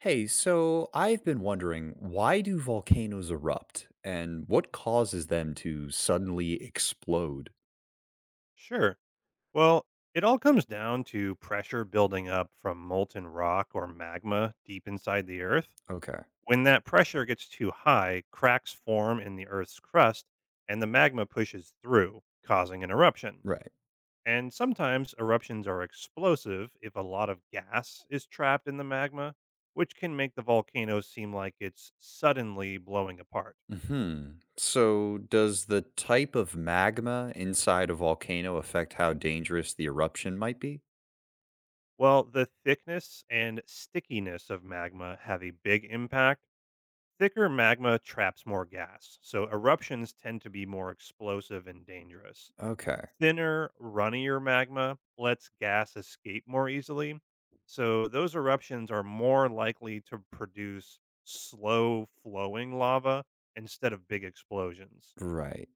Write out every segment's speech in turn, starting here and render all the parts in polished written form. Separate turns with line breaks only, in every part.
Hey, so I've been wondering, why do volcanoes erupt and what causes them to suddenly explode?
Sure. Well, it all comes down to pressure building up from molten rock or magma deep inside the Earth.
Okay.
When that pressure gets too high, cracks form in the Earth's crust and the magma pushes through, causing an eruption.
Right.
And sometimes eruptions are explosive if a lot of gas is trapped in the magma, which can make the volcano seem like it's suddenly blowing apart.
Hmm. So, does the type of magma inside a volcano affect how dangerous the eruption might be?
Well, the thickness and stickiness of magma have a big impact. Thicker magma traps more gas, so eruptions tend to be more explosive and dangerous.
Okay.
Thinner, runnier magma lets gas escape more easily, so those eruptions are more likely to produce slow flowing lava instead of big explosions.
Right.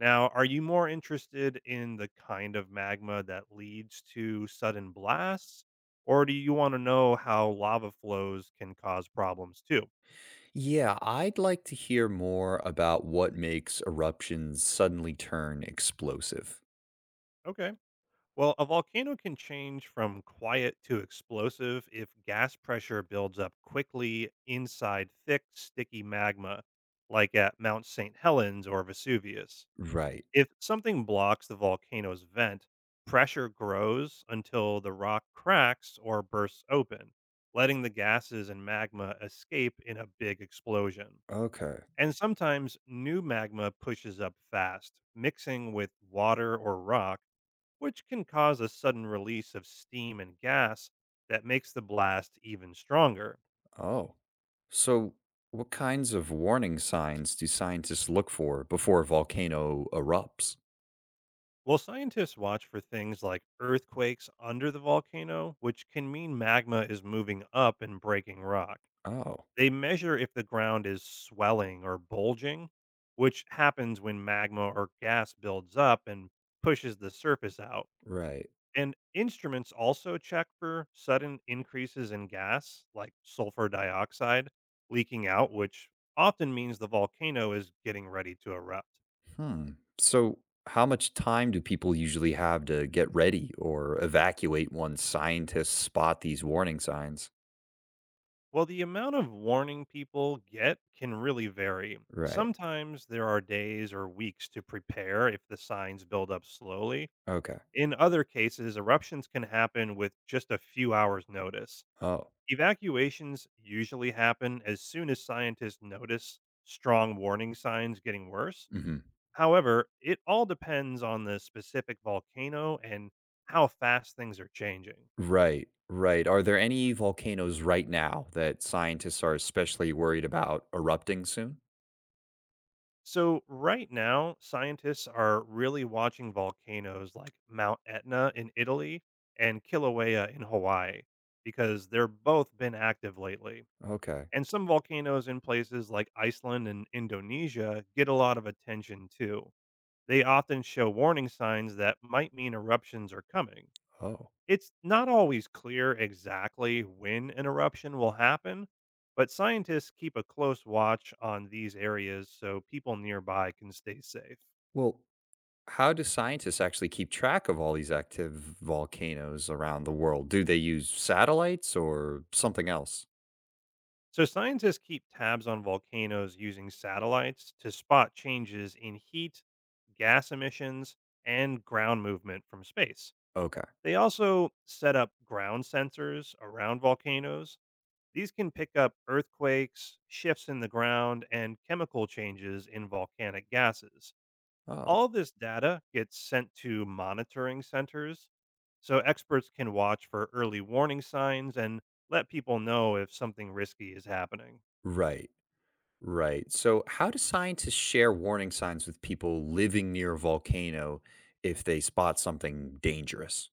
Now, are you more interested in the kind of magma that leads to sudden blasts, or do you want to know how lava flows can cause problems too?
Yeah, I'd like to hear more about what makes eruptions suddenly turn explosive.
Okay. Well, a volcano can change from quiet to explosive if gas pressure builds up quickly inside thick, sticky magma, like at Mount St. Helens or Vesuvius.
Right.
If something blocks the volcano's vent, pressure grows until the rock cracks or bursts open, letting the gases and magma escape in a big explosion.
Okay.
And sometimes new magma pushes up fast, mixing with water or rock which can cause a sudden release of steam and gas that makes the blast even stronger.
Oh. So, what kinds of warning signs do scientists look for before a volcano erupts?
Well, scientists watch for things like earthquakes under the volcano, which can mean magma is moving up and breaking rock.
Oh.
They measure if the ground is swelling or bulging, which happens when magma or gas builds up and pushes the surface out.
Right.
And instruments also check for sudden increases in gas, like sulfur dioxide, leaking out, which often means the volcano is getting ready to erupt.
Hmm. So, how much time do people usually have to get ready or evacuate once scientists spot these warning signs?
Well, the amount of warning people get can really vary.
Right.
Sometimes there are days or weeks to prepare if the signs build up slowly.
Okay.
In other cases, eruptions can happen with just a few hours' notice.
Oh.
Evacuations usually happen as soon as scientists notice strong warning signs getting worse.
Hmm.
However, it all depends on the specific volcano and how fast things are changing.
Right. Right. Are there any volcanoes right now that scientists are especially worried about erupting soon?
So, right now, scientists are really watching volcanoes like Mount Etna in Italy and Kilauea in Hawaii because they're both been active lately.
Okay.
And some volcanoes in places like Iceland and Indonesia get a lot of attention too. They often show warning signs that might mean eruptions are coming.
Oh.
It's not always clear exactly when an eruption will happen, but scientists keep a close watch on these areas so people nearby can stay safe.
Well, how do scientists actually keep track of all these active volcanoes around the world? Do they use satellites or something else?
So, scientists keep tabs on volcanoes using satellites to spot changes in heat, gas emissions, and ground movement from space.
Okay.
They also set up ground sensors around volcanoes. These can pick up earthquakes, shifts in the ground, and chemical changes in volcanic gases.
Oh.
All this data gets sent to monitoring centers so experts can watch for early warning signs and let people know if something risky is happening.
Right. Right. So, how do scientists share warning signs with people living near a volcano if they spot something dangerous?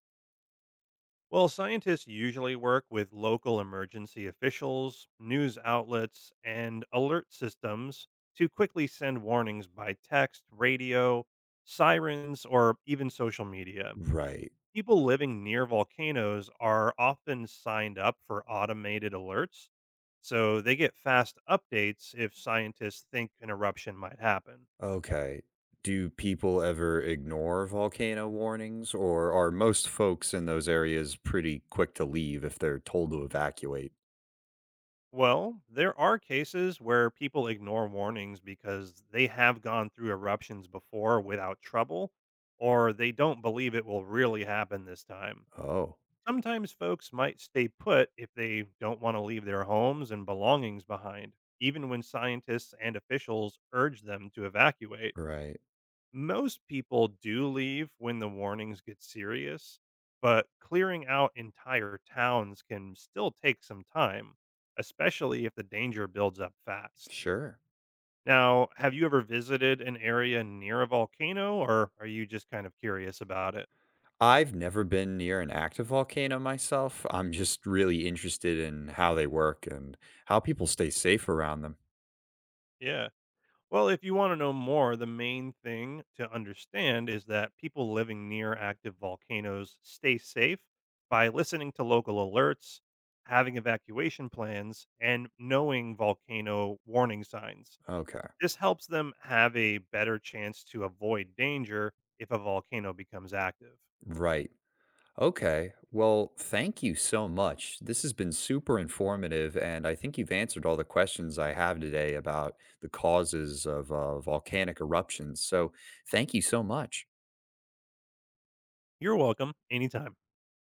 Well, scientists usually work with local emergency officials, news outlets, and alert systems to quickly send warnings by text, radio, sirens, or even social media.
Right.
People living near volcanoes are often signed up for automated alerts, so they get fast updates if scientists think an eruption might happen.
Okay. Do people ever ignore volcano warnings, or are most folks in those areas pretty quick to leave if they're told to evacuate?
Well, there are cases where people ignore warnings because they have gone through eruptions before without trouble, or they don't believe it will really happen this time.
Oh.
Sometimes folks might stay put if they don't want to leave their homes and belongings behind, even when scientists and officials urge them to evacuate.
Right.
Most people do leave when the warnings get serious, but clearing out entire towns can still take some time, especially if the danger builds up fast.
Sure.
Now, have you ever visited an area near a volcano or are you just kind of curious about it?
I've never been near an active volcano myself. I'm just really interested in how they work and how people stay safe around them.
Yeah. Well, if you want to know more, the main thing to understand is that people living near active volcanoes stay safe by listening to local alerts, having evacuation plans, and knowing volcano warning signs.
Okay.
This helps them have a better chance to avoid danger if a volcano becomes active.
Right. Okay. Well, thank you so much. This has been super informative, and I think you've answered all the questions I have today about the causes of volcanic eruptions. So, thank you so much.
You're welcome anytime.